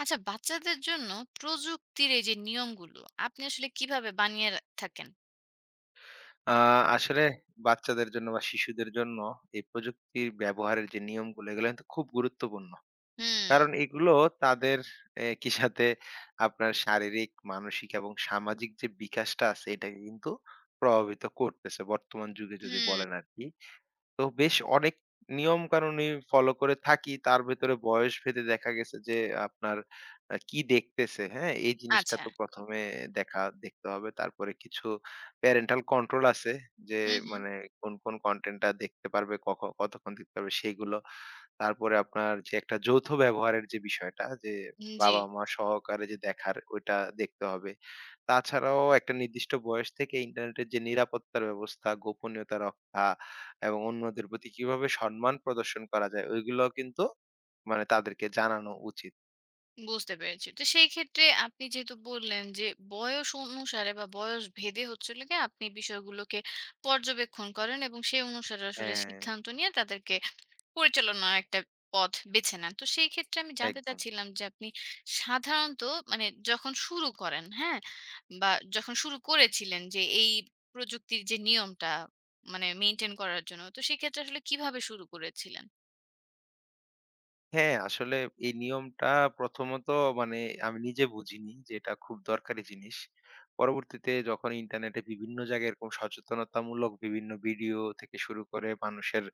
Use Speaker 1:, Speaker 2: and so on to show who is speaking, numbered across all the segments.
Speaker 1: আচ্ছা, বাচ্চাদের জন্য প্রযুক্তির এই যে নিয়মগুলো আপনি আসলে কিভাবে বানিয়ে থাকেন?
Speaker 2: আ আসলে বাচ্চাদের জন্য বা শিশুদের জন্য এই প্রযুক্তির ব্যবহারের যে নিয়মগুলো এগুলো কিন্তু খুব গুরুত্বপূর্ণ। কারণ
Speaker 1: হুম।
Speaker 2: এগুলো তাদের একই সাথে আপনার শারীরিক, মানসিক এবং সামাজিক যে বিকাশটা আছে এটাকে কিন্তু প্রভাবিত করতেছে বর্তমান যুগে যদি
Speaker 1: হুম।
Speaker 2: বলেন আরকি। তো বেশ অনেক নিয়মকানুনই ফলো করে থাকি। তার ভেতরে বয়স ভেদে দেখা গেছে যে আপনার কি দেখতেছে, হ্যাঁ? এই জিনিসটা
Speaker 1: আচ্ছা।
Speaker 2: তো ১ম এ দেখতে হবে। তারপরে কিছু প্যারেন্টাল কন্ট্রোল আছে যে
Speaker 1: হুম। হুম।
Speaker 2: মানে কোন, কোন কনটেন্টটা দেখতে পারবে, কতক্ষণ দেখতে পারবে সেগুলো। তারপরে আপনার যে একটা যৌথ ব্যবহারের যে বিষয়টা যে
Speaker 1: জি।
Speaker 2: বাবা-মা সহকারে যে দেখার ওইটা দেখতে হবে। তাছাড়াও একটা নির্দিষ্ট বয়স থেকে ইন্টারনেটের যে নিরাপত্তার ব্যবস্থা, গোপনীয়তা রক্ষা এবং অন্যদের প্রতি কিভাবে সম্মান প্রদর্শন করা যায় ওইগুলো কিন্তু মানে তাদেরকে জানানো উচিত।
Speaker 1: বুঝতে পেরেছি, তো সেই ক্ষেত্রে আপনি যেহেতু বললেন যে বয়স অনুসারে বা বয়স ভেদে হচ্ছে গিয়ে আপনি বিষয়গুলোকে পর্যবেক্ষণ করেন এবং সেই অনুসারে আসলে
Speaker 2: হ্যাঁ,
Speaker 1: সিদ্ধান্ত নিয়ে তাদেরকে পরিচালনার একটা পথ বেছে নেন। তো সেই ক্ষেত্রে আমি জানতে
Speaker 2: একদম।
Speaker 1: চাচ্ছিলাম যে আপনি সাধারণত মানে যখন শুরু করেন, হ্যাঁ? বা যখন শুরু করেছিলেন যে এই প্রযুক্তির যে নিয়মটা মানে মেইনটেইন করার জন্য, তো সেক্ষেত্রে আসলে কিভাবে শুরু করেছিলেন?
Speaker 2: হ্যাঁ, আসলে এই নিয়মটা প্রথমত মানে আমি নিজে বুঝিনি যে এটা খুব দরকারি জিনিস। পরবর্তীতে যখন ইন্টারনেটে বিভিন্ন জায়গায় এরকম সচেতনতামূলক বিভিন্ন ভিডিও থেকে শুরু করে মানুষের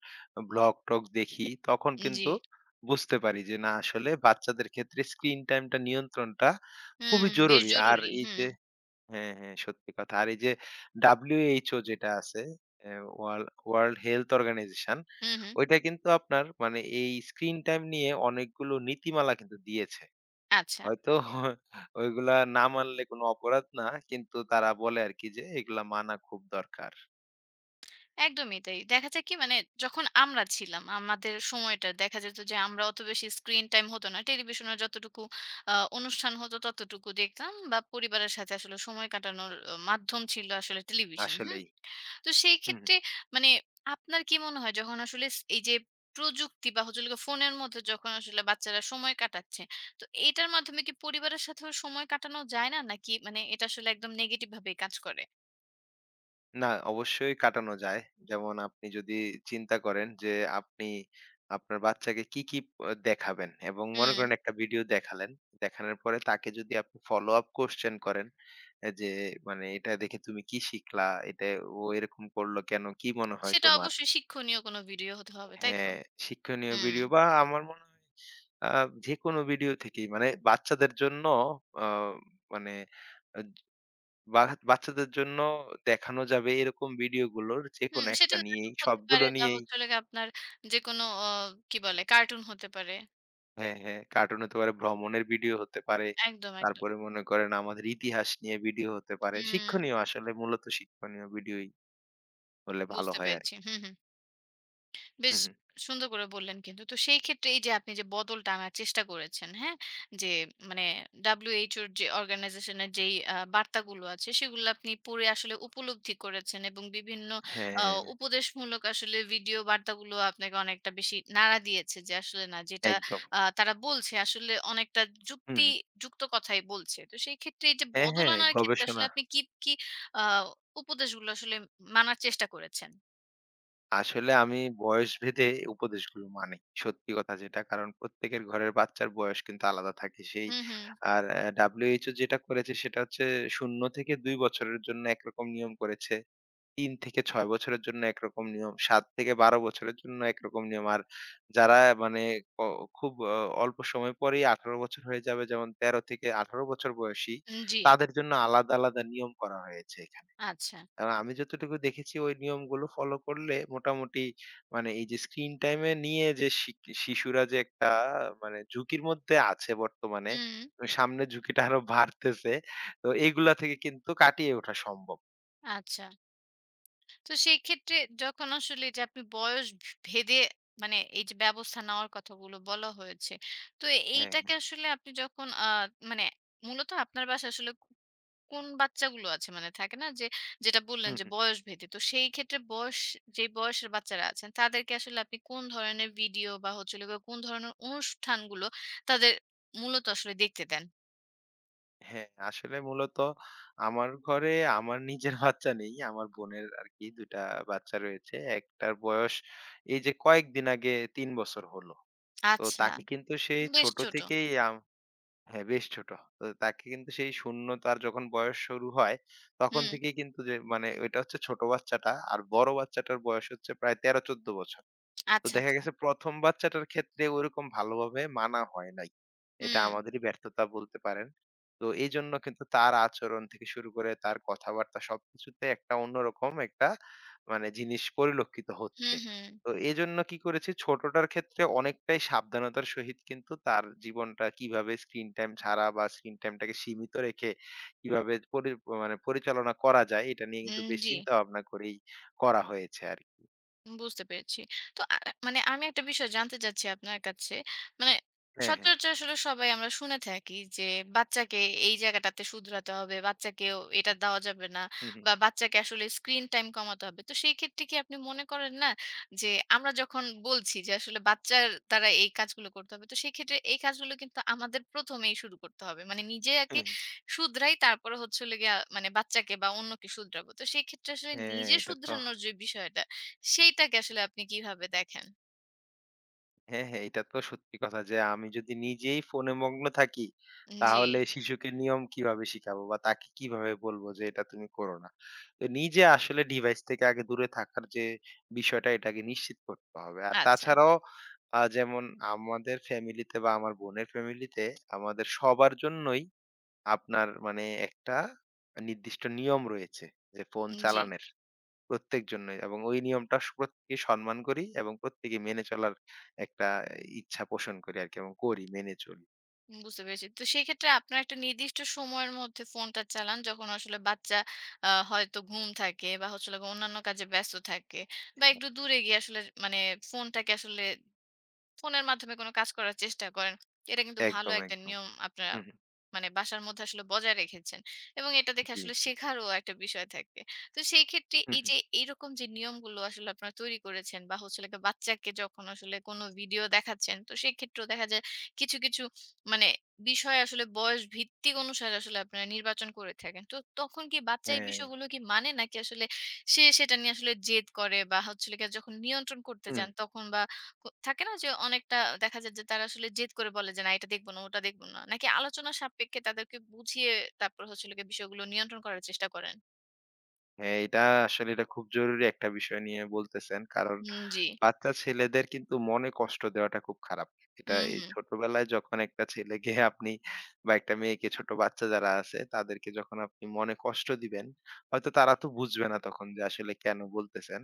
Speaker 2: ব্লগ-টগ দেখি তখন
Speaker 1: জি।
Speaker 2: কিন্তু বুঝতে পারি যে না আসলে বাচ্চাদের ক্ষেত্রে স্ক্রিন টাইমটা নিয়ন্ত্রণটা খুবই
Speaker 1: হুম, বেশ
Speaker 2: জরুরি। আর
Speaker 1: জরুরি।
Speaker 2: এই
Speaker 1: হুম,
Speaker 2: যে হ্যাঁ, হ্যাঁ, সত্যি কথা। আর এই যে WHO যেটা আছে এ ওয়ার্ল্ড হেলথ অর্গানাইজেশন
Speaker 1: হুম, হুম।
Speaker 2: ওইটা কিন্তু আপনার মানে এই স্ক্রিন টাইম নিয়ে অনেকগুলো নীতিমালা কিন্তু দিয়েছে।
Speaker 1: আচ্ছা।
Speaker 2: হয়তো ওইগুলা না মানলে কোনো অপরাধ না। কিন্তু তারা বলে আরকি যে এগুলা মানা খুব দরকার।
Speaker 1: একদমই তাই। দেখা যায় কি, মানে যখন আমরা ছিলাম, আমাদের সময়টা দেখা যেত যে আমরা অত বেশি স্ক্রিন টাইম হতো না। টেলিভিশনে যতটুকু আ অনুষ্ঠান হতো ততটুকু দেখতাম বা পরিবারের সাথে আসলে সময় কাটানোর মাধ্যম ছিল আসলে টেলিভিশন, হুম?
Speaker 2: আসলেই।
Speaker 1: তো সেই
Speaker 2: হুম।
Speaker 1: ক্ষেত্রে মানে আপনার কি মনে হয় যখন আসলে এই যে প্রযুক্তি বা হচ্ছে হলো গিয়ে ফোনের মধ্যে যখন আসলে বাচ্চারা সময় কাটাচ্ছে, তো এটার মাধ্যমে কি পরিবারের সাথেও সময় কাটানো যায় না? নাকি মানে এটা আসলে একদম নেগেটিভ ভাবেই কাজ করে?
Speaker 2: না, অবশ্যই কাটানো যায়। যেমন আপনি যদি চিন্তা করেন যে আপনি আপনার বাচ্চাকে কি, কি দেখাবেন এবং মনে
Speaker 1: হুম।
Speaker 2: করেন একটা ভিডিও দেখালেন। দেখানোর পরে তাকে যদি আপনি follow up question করেন যে মানে এটা দেখে তুমি কি শিখলা? এটা ও এরকম করলো কেন? কি মনে হয়
Speaker 1: সেটা
Speaker 2: তোমার?
Speaker 1: অবশ্যই শিক্ষণীয় কোনো ভিডিও হতে হবে, তাই তো?
Speaker 2: হ্যাঁ, শিক্ষণীয়
Speaker 1: হুম,
Speaker 2: ভিডিও বা আমার মনে হয় আ যেকোনো ভিডিও থেকেই মানে বাচ্চাদের জন্য আ মানে বা বাচ্চাদের জন্য দেখানো যাবে এরকম ভিডিওগুলোর
Speaker 1: হুম,
Speaker 2: যেকোনো
Speaker 1: সেটা
Speaker 2: একটা নিয়েই
Speaker 1: নাটক হতে পারে
Speaker 2: সবগুলো
Speaker 1: বা
Speaker 2: নিয়েই
Speaker 1: হচ্ছে হলো গিয়ে আপনার যেকোনো কি বলে, কার্টুন হতে পারে।
Speaker 2: হ্যাঁ, হ্যাঁ। কার্টুন হতে পারে, ভ্রমণের ভিডিও হতে পারে।
Speaker 1: একদম, একদম।
Speaker 2: তারপরে মনে করেন আমাদের ইতিহাস নিয়ে ভিডিও হতে পারে।
Speaker 1: হুম,
Speaker 2: শিক্ষণীয় আসলে মূলত শিক্ষণীয় ভিডিওই হলে ভালো
Speaker 1: বুঝতে
Speaker 2: হয়
Speaker 1: পেরেছি।
Speaker 2: আরকি।
Speaker 1: হুম, হুম।
Speaker 2: হু,
Speaker 1: বেশ
Speaker 2: হু।
Speaker 1: সুন্দর করে বললেন কিন্তু। তো সেই ক্ষেত্রে এই যে আপনি যে বদলটা আনার চেষ্টা করেছেন, হ্যাঁ? যে মানে WHO র যে অর্গানাইজেশন এর যেই বার্তাগুলো আছে সেগুলো আপনি পড়ে আসলে উপলব্ধি করেছেন এবং বিভিন্ন আ
Speaker 2: হ্যাঁ,
Speaker 1: উপদেশমূলক আসলে ভিডিও বার্তাগুলো আপনাকে অনেকটা বেশি নাড়া দিয়েছে যে আসলে না, যেটা
Speaker 2: একদম।
Speaker 1: তারা বলছে আসলে অনেকটা
Speaker 2: হু, হু।
Speaker 1: যুক্তিযুক্ত কথাই বলছে। তো সেই ক্ষেত্রে এই যে
Speaker 2: হ্যাঁ,
Speaker 1: বদল
Speaker 2: হ্যাঁ,
Speaker 1: আনার ক্ষেত্রে আসলে
Speaker 2: গবেষণা।
Speaker 1: আপনি কি, কি আ উপদেশগুলো আসলে মানার চেষ্টা করেছেন?
Speaker 2: আসলে আমি বয়স ভেদে উপদেশগুলো মানি। সত্যি কথা যেটা। কারণ প্রত্যেকের ঘরের বাচ্চার বয়স কিন্তু আলাদা থাকে। সেই
Speaker 1: হুম, হুম।
Speaker 2: আর WHO যেটা করেছে সেটা হচ্ছে ০ থেকে ২ বছরের জন্য একরকম নিয়ম করেছে। ৩ থেকে ৬ বছরের জন্য একরকম নিয়ম, ৭ থেকে ১২ বছরের জন্য একরকম নিয়ম। আর যারা মানে ক খুব অল্প সময় পরেই ১৮ বছর হয়ে যাবে যেমন ১৩ থেকে ১৮ বছর বয়সী,
Speaker 1: জি।
Speaker 2: তাদের জন্য আলাদা, আলাদা নিয়ম করা হয়েছে এখানে।
Speaker 1: আচ্ছা।
Speaker 2: আর আমি যতটুকু দেখেছি ওই নিয়মগুলো ফলো করলে মোটামুটি মানে এই যে স্ক্রিন টাইমে নিয়ে যে শিশুরা যে একটা মানে ঝুঁকির মধ্যে আছে বর্তমানে
Speaker 1: হুম,
Speaker 2: তো সামনে ঝুঁকিটা আরো বাড়তেছে তো এইগুলা থেকে কিন্তু কাটিয়ে ওঠা সম্ভব।
Speaker 1: আচ্ছা। তো সেই ক্ষেত্রে যখন আসলে এই যে আপনি বয়স ভেদে মানে এই যে ব্যবস্থা নেওয়ার কথাগুলো বলা হয়েছে। তো
Speaker 2: হ্যাঁ, হ্যাঁ।
Speaker 1: এইটাকে আসলে আপনি যখন মানে মূলত আপনার বাসায় আসলে কোন বাচ্চাগুলো আছে? মানে থাকে না যে যেটা বললেন
Speaker 2: হুম,
Speaker 1: যে
Speaker 2: হুম।
Speaker 1: বয়স ভেদে। তো সেই ক্ষেত্রে বয়স যেই বয়সের বাচ্চারা আছেন তাদেরকে আসলে আপনি কোন ধরনের ভিডিও বা হচ্ছে হলো গিয়ে কোন ধরনের অনুষ্ঠানগুলো তাদের মূলত আসলে দেখতে দেন?
Speaker 2: হ্যাঁ আসলে মূলত আমার ঘরে আমার নিজের বাচ্চা নেই, আমার বোনের আর কি দুইটা বাচ্চা রয়েছে। একটার বয়স এই যে কয়েকদিন আগে তিন বছর হলো, তো
Speaker 1: আচ্ছা,
Speaker 2: তাকে কিন্তু সেই
Speaker 1: বেশ
Speaker 2: ছোট
Speaker 1: ছোট।
Speaker 2: থেকেই হ্যাঁ, বেশ ছোট। তো তাকে কিন্তু সেই ০ তার যখন বয়স শুরু হয়, তখন
Speaker 1: হুম,
Speaker 2: থেকেই কিন্তু যে মানে ওইটা হচ্ছে ছোট বাচ্চাটা। আর বড় বাচ্চাটার বয়স হচ্ছে প্রায় ১৩-১৪ বছর। তো
Speaker 1: আচ্ছা,
Speaker 2: দেখা
Speaker 1: আচ্ছা।
Speaker 2: গেছে ১ম বাচ্চাটার ক্ষেত্রে ওরকম ভালোভাবে মানা হয় নাই। এটা
Speaker 1: হুম।
Speaker 2: আমাদেরই ব্যর্থতা বলতে পারেন। তো এজন্য কিন্তু তার আচরণ থেকে শুরু করে তার কথাবার্তা সবকিছুতে একটা অন্যরকম একটা মানে জিনিস পরিলক্ষিত
Speaker 1: হুম,
Speaker 2: হচ্ছে।
Speaker 1: হুম।
Speaker 2: তো এজন্য কি করেছি ছোটটার ক্ষেত্রে অনেকটাই সাবধানতার সহিত কিন্তু তার জীবনটা কিভাবে স্ক্রিন টাইম ছাড়া বা স্ক্রিন টাইমটাকে সীমিত রেখে কিভাবে মানে পরিচালনা করা যায় এটা নিয়ে কিন্তু
Speaker 1: হুম,
Speaker 2: বেশ
Speaker 1: জি।
Speaker 2: চিন্তা ভাবনা করেই করা হয়েছে আরকি।
Speaker 1: বুঝতে পেরেছি। তো মানে আমি একটা বিষয় জানতে চাচ্ছি আপনার কাছে। মানে
Speaker 2: হ্যাঁ, হ্যাঁ।
Speaker 1: সচরাচর আসলে সবাই আমরা শুনে থাকি যে বাচ্চাকে এই জায়গাটাতে শুধরাতে হবে, বাচ্চাকেও এটা দেওয়া যাবে না
Speaker 2: হু,
Speaker 1: বা বাচ্চাকে আসলে স্ক্রিন টাইম কমাতে হবে। তো সেই ক্ষেত্রে কি আপনি মনে করেন না যে আমরা যখন বলছি যে আসলে বাচ্চার দ্বারা এই কাজগুলো করতে হবে, তো সেক্ষেত্রে এই কাজগুলো কিন্তু আমাদের ১ম এই শুরু করতে হবে। মানে নিজে আগে
Speaker 2: হু।
Speaker 1: শুধরাই, তারপরে হচ্ছে হলো গিয়া মানে বাচ্চাকে বা অন্যকে শুধরাবো। তো সেই ক্ষেত্রে আসলে
Speaker 2: হ্যাঁ,
Speaker 1: নিজে
Speaker 2: এটা তো
Speaker 1: শুধরানোর যে বিষয়টা সেইটাকে আসলে আপনি কিভাবে দেখেন?
Speaker 2: হ্যাঁ, হ্যাঁ, এটা তো সত্যি কথা যে আমি যদি নিজেই ফোনে মগ্ন থাকি,
Speaker 1: জি,
Speaker 2: তাহলে শিশুকে নিয়ম কিভাবে শিখাবো বা তাকে কিভাবে বলবো যে এটা তুমি করো না। তো নিজে আসলে ডিভাইস থেকে আগে দূরে থাকার যে বিষয়টা এটাকে নিশ্চিত করতে হবে। আর
Speaker 1: আচ্ছা।
Speaker 2: তাছাড়াও যেমন আমাদের ফ্যামিলিতে বা আমার বোনের ফ্যামিলিতে আমাদের সবার জন্যই আপনার মানে একটা নির্দিষ্ট নিয়ম রয়েছে যে ফোন
Speaker 1: জি,
Speaker 2: চালানের। প্রত্যেক জন্যই এবং ওই নিয়মটা প্রত্যেকেই সম্মান করি এবং প্রত্যেকেই মেনে চলার একটা ইচ্ছা পোষণ করি আরকি এবং করি, মেনে চলি।
Speaker 1: বুঝতে পেরেছি। তো সেক্ষেত্রে আপনার একটা নির্দিষ্ট সময়ের মধ্যে ফোনটা চালান যখন আসলে বাচ্চা হয়তো ঘুম থাকে বা হচ্ছে হলো গিয়ে অন্যান্য কাজে ব্যস্ত থাকে বা একটু দূরে গিয়ে আসলে মানে ফোনটাকে আসলে ফোনের মাধ্যমে কোনো কাজ করার চেষ্টা করেন। এটা কিন্তু ভালো
Speaker 2: একদম,
Speaker 1: একটা
Speaker 2: একদম।
Speaker 1: নিয়ম আপনারা
Speaker 2: হুম, হুম।
Speaker 1: মানে বাসার মধ্যে আসলে বজায় রেখেছেন। এবং এটা দেখে
Speaker 2: জি,
Speaker 1: আসলে
Speaker 2: জি।
Speaker 1: শেখারও একটা বিষয় থাকে। তো সেই ক্ষেত্রে
Speaker 2: হুম,
Speaker 1: এই
Speaker 2: হুম।
Speaker 1: যে এইরকম যে নিয়মগুলো আসলে আপনারা তৈরি করেছেন বা হচ্ছে হলো গিয়ে বাচ্চাকে যখন আসলে কোনো ভিডিও দেখাচ্ছেন, তো সেক্ষেত্রেও দেখা যায় কিছু, কিছু মানে বিষয় আসলে বয়স ভিত্তিক অনুসারে আসলে আপনারা নির্বাচন করে থাকেন। তো তখন কি বাচ্চা এই
Speaker 2: হ্যাঁ,
Speaker 1: বিষয়গুলো কি মানে নাকি আসলে সে সেটা নিয়ে আসলে জেদ করে বা হচ্ছে হলো গিয়ে যখন নিয়ন্ত্রণ করতে
Speaker 2: হুম।
Speaker 1: যান তখন বা ক থাকে না যে অনেকটা দেখা যায় যে তারা আসলে জেদ করে বলে যে, "না এটা দেখব না, ওটা দেখব না।" নাকি আলোচনা সাপেক্ষে তাদেরকে বুঝিয়ে তারপর হচ্ছে হলো গিয়ে বিষয়গুলো নিয়ন্ত্রণ করার চেষ্টা করেন?
Speaker 2: হ্যাঁ, এটা আসলে এটা খুব জরুরি একটা বিষয় নিয়ে বলতেছেন। কারণ
Speaker 1: হুম, জি।
Speaker 2: বাচ্চা ছেলেদের কিন্তু মনে কষ্ট দেওয়াটা খুব খারাপ। এটা
Speaker 1: হুম,
Speaker 2: এই
Speaker 1: হুম।
Speaker 2: ছোটবেলায় যখন একটা ছেলেকে আপনি বা একটা মেয়েকে ছোট বাচ্চা যারা আছে তাদেরকে যখন আপনি মনে কষ্ট দিবেন, হয়তো তারা তো বুঝবে না তখন যে আসলে কেন বলতেছেন।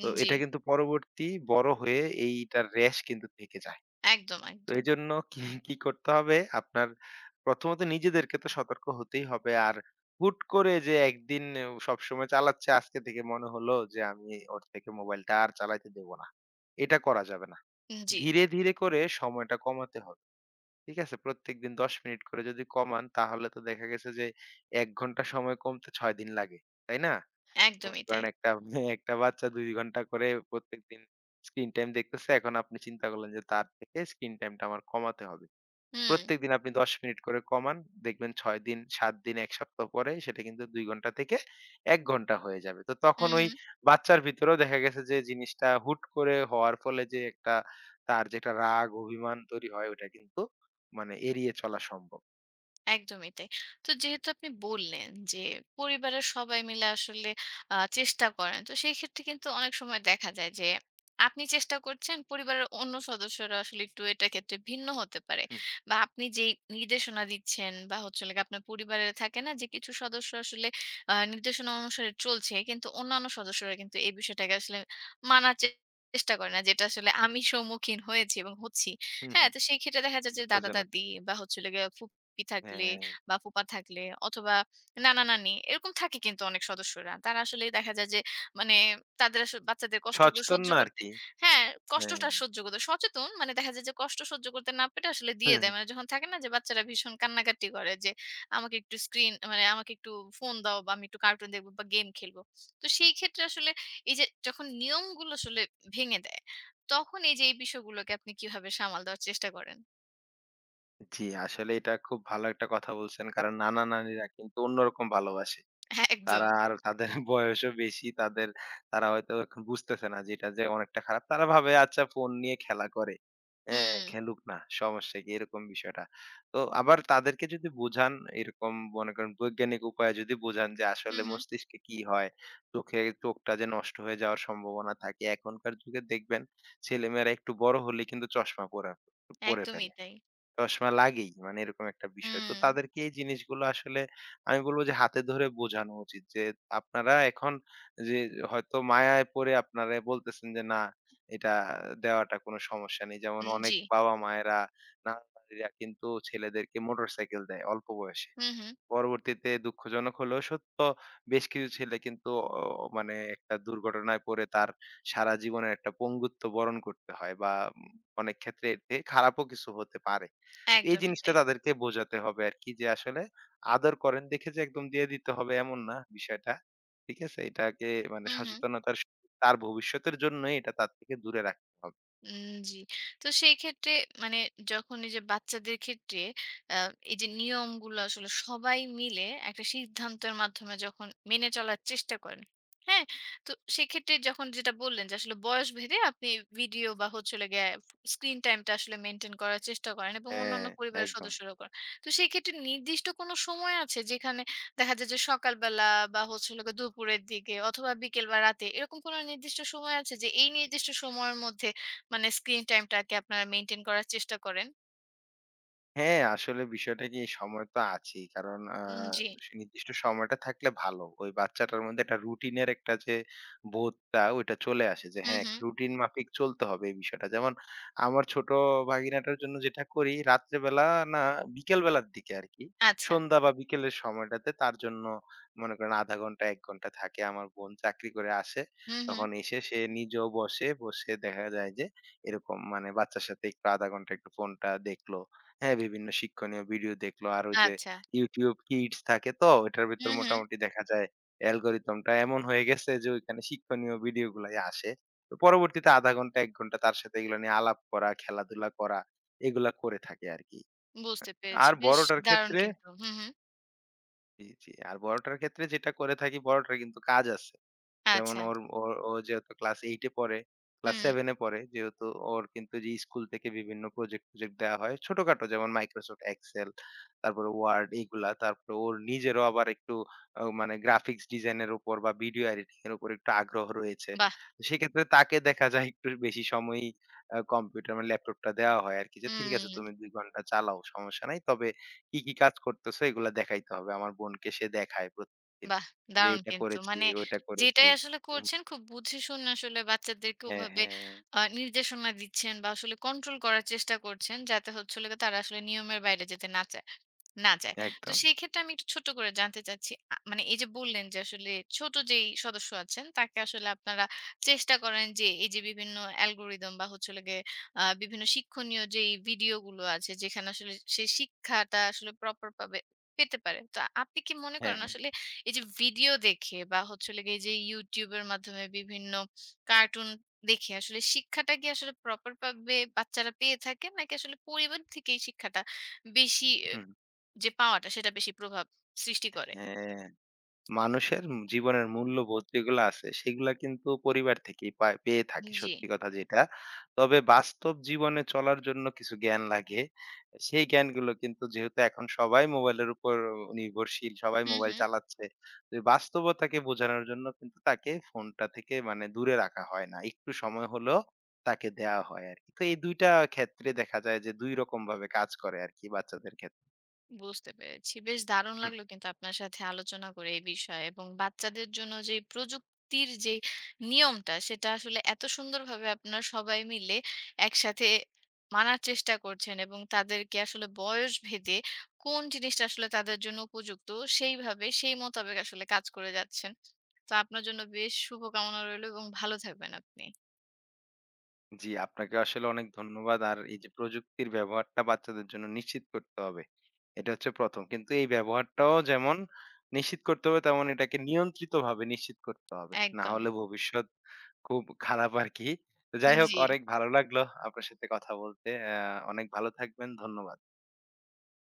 Speaker 2: তো
Speaker 1: জি।
Speaker 2: এটা কিন্তু পরবর্তী বড় হয়ে এইটার রেশ কিন্তু থেকে যায়।
Speaker 1: একদম,
Speaker 2: তো
Speaker 1: একদম।
Speaker 2: এজন্য কি, কি করতে হবে? আপনার প্রথমত নিজেদেরকে তো সতর্ক হতেই হবে। আর হুট করে যে একদিন ও সবসময় চালাচ্ছে আজকে থেকে মনে হলো যে আমি ওর থেকে মোবাইলটা আর চালাইতে দেব না। এটা করা যাবে না।
Speaker 1: জি,
Speaker 2: ধীরে, ধীরে করে সময়টা কমাতে হবে। ঠিক আছে? প্রত্যেকদিন ১০ মিনিট করে যদি কমান তাহলে তো দেখা গেছে যে ১ ঘন্টা সময় কমতে ৬ দিন লাগে। তাই না? মনে
Speaker 1: একদমই
Speaker 2: করেন
Speaker 1: তাই।
Speaker 2: একটা একটা বাচ্চা ২ ঘন্টা করে প্রত্যেকদিন স্ক্রিন টাইম দেখতেছে। এখন আপনি চিন্তা করলেন যে তার থেকে স্ক্রিন টাইমটা আমার কমাতে হবে।
Speaker 1: হুম।
Speaker 2: প্রত্যেকদিন আপনি ১০ মিনিট করে কমান। দেখবেন ৬ দিন, ৭ দিন, ১ সপ্তাহ পরে সেটা কিন্তু ২ ঘন্টা থেকে ১ ঘন্টা হয়ে যাবে। তো
Speaker 1: হু,
Speaker 2: তখন ওই
Speaker 1: হু।
Speaker 2: বাচ্চার ভিতরেও দেখা গেছে যে জিনিসটা হুট করে হওয়ার ফলে যে একটা তার যে একটা রাগ, অভিমান তৈরি হয় ওটা কিন্তু মানে এড়িয়ে চলা সম্ভব।
Speaker 1: একদমই তাই। তো যেহেতু আপনি বললেন যে পরিবারের সবাই মিলে আসলে চেষ্টা করেন। তো সেই ক্ষেত্রে কিন্তু অনেক সময় দেখা যায় যে আপনি চেষ্টা করছেন পরিবারের অন্য সদস্যরা আসলে একটু এটার ক্ষেত্রে ভিন্ন হতে পারে।
Speaker 2: হুম,
Speaker 1: বা আপনি যেই নির্দেশনা দিচ্ছেন বা হচ্ছে হলো গিয়ে আপনার পরিবারে থাকে না যে কিছু সদস্য আসলে নির্দেশনা অনুসারে চলছে। কিন্তু অন্যান্য সদস্যরা কিন্তু এই বিষয়টাকে আসলে মানার চেষ্টা করে না। যেটা আসলে আমি সম্মুখীন হয়েছি এবং হচ্ছি।
Speaker 2: হুম,
Speaker 1: হ্যাঁ?
Speaker 2: হুম।
Speaker 1: তো সেই ক্ষেত্রে দেখা যায় যে
Speaker 2: দুঃখজনক।
Speaker 1: দাদা-দাদি বা হচ্ছে হলো গিয়ে ফুপি থাকলে
Speaker 2: হ্যাঁ,
Speaker 1: বা ফুপা থাকলে অথবা নানা-নানি এরকম থাকে কিন্তু অনেক সদস্যরা। তারা আসলেই দেখা যায় যে মানে তাদের আসলে বাচ্চাদের কষ্টগুলো
Speaker 2: সচেতন
Speaker 1: সহ্য
Speaker 2: না
Speaker 1: করতে
Speaker 2: আরকি।
Speaker 1: হ্যাঁ,
Speaker 2: হ্যাঁ।
Speaker 1: কষ্টটা সহ্য করতে সচেতন মানে দেখা যায় যে কষ্ট সহ্য করতে না পেরে আসলে দিয়ে দেয়। মানে যখন থাকে না যে বাচ্চারা ভীষণ কান্নাকাটি করে যে আমাকে একটু স্ক্রিন মানে আমাকে একটু ফোন দাও বা আমি একটু কার্টুন দেখব বা গেম খেলব। তো সেই ক্ষেত্রে আসলে এই যে যখন নিয়মগুলো আসলে ভেঙে দেয়, তখন এই যে এই বিষয়গুলোকে আপনি কিভাবে সামাল দেওয়ার চেষ্টা করেন?
Speaker 2: জি, আসলে এটা খুব ভালো একটা কথা বলছেন। কারণ নানা-নানিরা কিন্তু অন্যরকম ভালোবাসে।
Speaker 1: হ্যাঁ, একদম।
Speaker 2: তারা আর তাদের বয়সও বেশি। তাদের তারা হয়তো এখন বুঝতেছে না যেটা যে এটা যে অনেকটা খারাপ। তারা ভাবে আচ্ছা ফোন নিয়ে খেলা করে। হ্যাঁ,
Speaker 1: হুম।
Speaker 2: খেলুক না। সমস্যা কি? এরকম বিষয়টা। তো আবার তাদেরকে যদি বোঝান এরকম মনে করেন বৈজ্ঞানিক উপায়ে যদি বোঝান যে
Speaker 1: হু,
Speaker 2: আসলে
Speaker 1: হু।
Speaker 2: মস্তিষ্কে কি হয়, চোখে চোখটা যে নষ্ট হয়ে যাওয়ার সম্ভাবনা থাকে। এখনকার যুগে দেখবেন ছেলেমেয়েরা একটু বড় হলেই কিন্তু চশমা পরে
Speaker 1: একদমই
Speaker 2: ফেলে।
Speaker 1: তাই।
Speaker 2: চশমা লাগেই। মানে এরকম একটা বিষয়। তো
Speaker 1: হুম,
Speaker 2: তাদেরকে এই জিনিসগুলো আসলে আমি বলব যে হাতে ধরে বোঝানো উচিত যে, আপনারা এখন যে হয়তো মায়ায় পড়ে আপনারা বলতেছেন যে, না এটা দেওয়াটা কোনো সমস্যা নেই। যেমন
Speaker 1: হুম,
Speaker 2: অনেক
Speaker 1: জি।
Speaker 2: বাবা-মায়েরা, নানা-নানিরা কিন্তু ছেলেদেরকে মোটরসাইকেল দেয় অল্প বয়সে।
Speaker 1: হু, হু।
Speaker 2: পরবর্তীতে দুঃখজনক হলেও সত্য বেশ কিছু ছেলে কিন্তু অ মানে একটা দুর্ঘটনায় পড়ে তার সারা জীবনের একটা পঙ্গুত্ব বরণ করতে হয় বা উম অনেক ক্ষেত্রে এতে খারাপও কিছু হতে পারে। এই
Speaker 1: একদমই
Speaker 2: জিনিসটা
Speaker 1: তাই।
Speaker 2: তাদেরকে বোঝাতে হবে আরকি যে আসলে আদর করেন দেখে যে একদম দিয়ে দিতে হবে এমন না বিষয়টা। ঠিক আছে? এটাকে মানে
Speaker 1: হু, হু।
Speaker 2: সচেতনতার তার ভবিষ্যতের জন্যই এটা তার থেকে দূরে রাখতে হবে।
Speaker 1: জি। তো সেই ক্ষেত্রে মানে যখন এই যে বাচ্চাদের ক্ষেত্রে আ এই যে নিয়মগুলো আসলে সবাই মিলে একটা সিদ্ধান্তের মাধ্যমে যখন মেনে চলার চেষ্টা করেন, হ্যাঁ? তো সেক্ষেত্রে যখন যেটা বললেন যে আসলে বয়স ভেদে আপনি ভিডিও বা হচ্ছে হলো গিয়ে স্ক্রিন টাইমটা আসলে মেইনটেইন করার চেষ্টা করেন এবং
Speaker 2: হ্যাঁ,
Speaker 1: অন্যান্য পরিবারের
Speaker 2: একদম।
Speaker 1: সদস্যরাও করেন। তো সেক্ষেত্রে নির্দিষ্ট কোনো সময় আছে যেখানে দেখা যায় যে সকালবেলা বা হচ্ছে হলো গিয়ে দুপুরের দিকে অথবা বিকেল বা রাতে এরকম কোনো নির্দিষ্ট সময় আছে যে এই নির্দিষ্ট সময়ের মধ্যে মানে স্ক্রিন টাইমটাকে আপনারা মেইনটেইন করার চেষ্টা করেন।
Speaker 2: হ্যাঁ, আসলে বিষয়টা কি সময় তো আছেই। কারণ
Speaker 1: জি।
Speaker 2: সে নির্দিষ্ট সময়টা থাকলে ভালো। ওই বাচ্চাটার মধ্যে একটা রুটিনের একটা যে বোধটা ওইটা চলে আসে যে
Speaker 1: হুম,
Speaker 2: হ্যাঁ,
Speaker 1: হুম।
Speaker 2: রুটিন মাফিক চলতে হবে এই বিষয়টা। যেমন আমার ছোট ভাগিনাটার জন্য যেটা করি রাত্রে বেলা না বিকেল বেলার দিকে আরকি।
Speaker 1: আচ্ছা।
Speaker 2: সন্ধ্যা বা বিকেলের সময়টাতে তার জন্য মনে করেন ০.৫ ঘন্টা ১ ঘন্টা থাকে। আমার বোন চাকরি করে আসে।
Speaker 1: হুম, হুম।
Speaker 2: তখন এসে সে নিজেও বসে, বসে দেখা যায় যে এরকম মানে বাচ্চার সাথে একটু ০.৫ ঘন্টা একটু ফোনটা দেখলো। হ্যাঁ, বিভিন্ন শিক্ষণীয় ভিডিও দেখলো। আর ওই যে
Speaker 1: আচ্ছা।
Speaker 2: YouTube Kids থাকে তো ওটার ভেতর
Speaker 1: হুম, হুম।
Speaker 2: মোটামুটি দেখা যায় অ্যালগরিদমটা এমন হয়ে গেছে যে ওইখানে শিক্ষণীয় ভিডিও গুলাই আসে। তো পরবর্তীতে ০.৫ ঘন্টা ১ ঘন্টা তার সাথে এগুলো নিয়ে আলাপ করা, খেলাধুলা করা এগুলা করে থাকি আরকি।
Speaker 1: বুঝতে পেরেছি।
Speaker 2: আর
Speaker 1: বেশ
Speaker 2: বড়টার
Speaker 1: দারুণ
Speaker 2: ক্ষেত্রে
Speaker 1: কিন্তু। হুম, হুম।
Speaker 2: জি, জি। আর বড়টার ক্ষেত্রে যেটা করে থাকি বড়টার কিন্তু কাজ আছে। যেমন
Speaker 1: আচ্ছা।
Speaker 2: ওর ওর ও যেহেতু ক্লাস 8 এ পড়ে, ক্লাস
Speaker 1: হুম।
Speaker 2: 7 এ পড়ে। যেহেতু ওর কিন্তু যে স্কুল থেকে বিভিন্ন প্রজেক্ট টজেক্ট দেয়া হয়। ছোটখাটো যেমন Microsoft Excel, তারপরে Word এগুলা। তারপরে ওর নিজেরও আবার একটু মানে গ্রাফিক্স ডিজাইন এর উপর বা ভিডিও এডিটিং এর উপর একটু আগ্রহ রয়েছে।
Speaker 1: বাহ!
Speaker 2: তো সেক্ষেত্রে তাকে দেখা যায় একটু বেশি সময়ই কম্পিউটার মানে ল্যাপটপটা দেওয়া হয় আরকি। যে ঠিক আছে
Speaker 1: হুম।
Speaker 2: তুমি ২ ঘন্টা চালাও সমস্যা নাই। তবে কি, কি কাজ করতেছো এগুলা দেখাইতে হবে। আমার বোনকে সে দেখায় প্রতিদিন।
Speaker 1: বাহ!
Speaker 2: যে
Speaker 1: দারুণ
Speaker 2: এটা
Speaker 1: কিন্তু।
Speaker 2: করেছি,
Speaker 1: মানে
Speaker 2: ওইটা করেছি।
Speaker 1: যেটাই আসলে
Speaker 2: হুম,
Speaker 1: করছেন খুব বুঝে শুনে আসলে বাচ্চাদেরকে
Speaker 2: হ্যাঁ,
Speaker 1: ওভাবে
Speaker 2: হ্যাঁ,
Speaker 1: নির্দেশনা দিচ্ছেন বা আসলে কন্ট্রোল করার চেষ্টা করছেন। যাতে হচ্ছে হলো গিয়ে তারা আসলে নিয়মের বাইরে যেতে না চায়। না যায়। তো
Speaker 2: একদম।
Speaker 1: সেই ক্ষেত্রে আমি একটু ছোট করে জানতে চাচ্ছি, মানে এই যে বললেন যে আসলে ছোট যেই সদস্য আছেন তাকে আসলে আপনারা চেষ্টা করেন যে এই যে বিভিন্ন অ্যালগরিদম বা হচ্ছে হলো গিয়ে বিভিন্ন শিক্ষণীয় যেই ভিডিওগুলো আছে যেখানে আসলে সে শিক্ষাটা আসলে প্রপার ভাবে পেতে পারে। তো আপনি কি মনে
Speaker 2: হ্যাঁ,
Speaker 1: করেন
Speaker 2: হ্যাঁ।
Speaker 1: আসলে এই যে ভিডিও দেখে বা হচ্ছে হলো গিয়ে এই যে YouTube এর মাধ্যমে বিভিন্ন কার্টুন দেখে আসলে শিক্ষাটা কি আসলে প্রপার ভাবে বাচ্চারা পেয়ে থাকে? নাকি আসলে পরিবার থেকেই শিক্ষাটা বেশি
Speaker 2: হুম,
Speaker 1: যে পাওয়াটা সেটা বেশি প্রভাব সৃষ্টি করে।
Speaker 2: হ্যাঁ, মানুষের জীবনের মূল্যবোধ যেগুলো আছে সেগুলা কিন্তু পরিবার থেকেই পেয়ে থাকি
Speaker 1: জি।
Speaker 2: সত্যি কথা যেটা। তবে বাস্তব জীবনে চলার জন্য কিছু জ্ঞান লাগে। সেই জ্ঞানগুলো কিন্তু যেহেতু এখন সবাই মোবাইলের উপর নির্ভরশীল, সবাই
Speaker 1: হুম,
Speaker 2: মোবাইল
Speaker 1: হুম।
Speaker 2: চালাচ্ছে। তো এই বাস্তবতাকে বোঝানোর জন্য কিন্তু তাকে ফোনটা থেকে মানে দূরে রাখা হয় না। একটু সময় হলেও তাকে দেওয়া হয় আরকি। তো এই ২ টা ক্ষেত্রে দেখা যায় যে ২ রকম ভাবে কাজ করে আরকি বাচ্চাদের ক্ষেত্রে।
Speaker 1: বুঝতে পেরেছি। বেশ দারুণ লাগলো কিন্তু আপনার সাথে আলোচনা করে এই বিষয়ে, এবং বাচ্চাদের জন্য যে প্রযুক্তির যে নিয়মটা সেটা আসলে এত সুন্দরভাবে আপনারা সবাই মিলে একসাথে মানার চেষ্টা করছেন এবং তাদেরকে আসলে বয়স ভেদে কোন জিনিসটা আসলে তাদের জন্য উপযুক্ত সেইভাবে সেই মোতাবেক আসলে কাজ করে যাচ্ছেন। তো আপনার জন্য বেশ শুভকামনা রইলো এবং ভালো থাকবেন আপনি।
Speaker 2: জি, আপনাকে আসলে অনেক ধন্যবাদ। আর এই যে প্রযুক্তির ব্যবহারটা বাচ্চাদের জন্য নিশ্চিত করতে হবে। এটা হচ্ছে ১ম। কিন্তু এই ব্যবহারটাও যেমন নিশ্চিত করতে হবে তেমন এটাকে নিয়ন্ত্রিতভাবে নিশ্চিত করতে হবে। না
Speaker 1: একদম।
Speaker 2: হলে ভবিষ্যৎ খুব খারাপ আরকি। তো যাই হোক
Speaker 1: জি।
Speaker 2: অনেক ভালো লাগলো আপনার সাথে কথা বলতে। অনেক ভালো থাকবেন। ধন্যবাদ।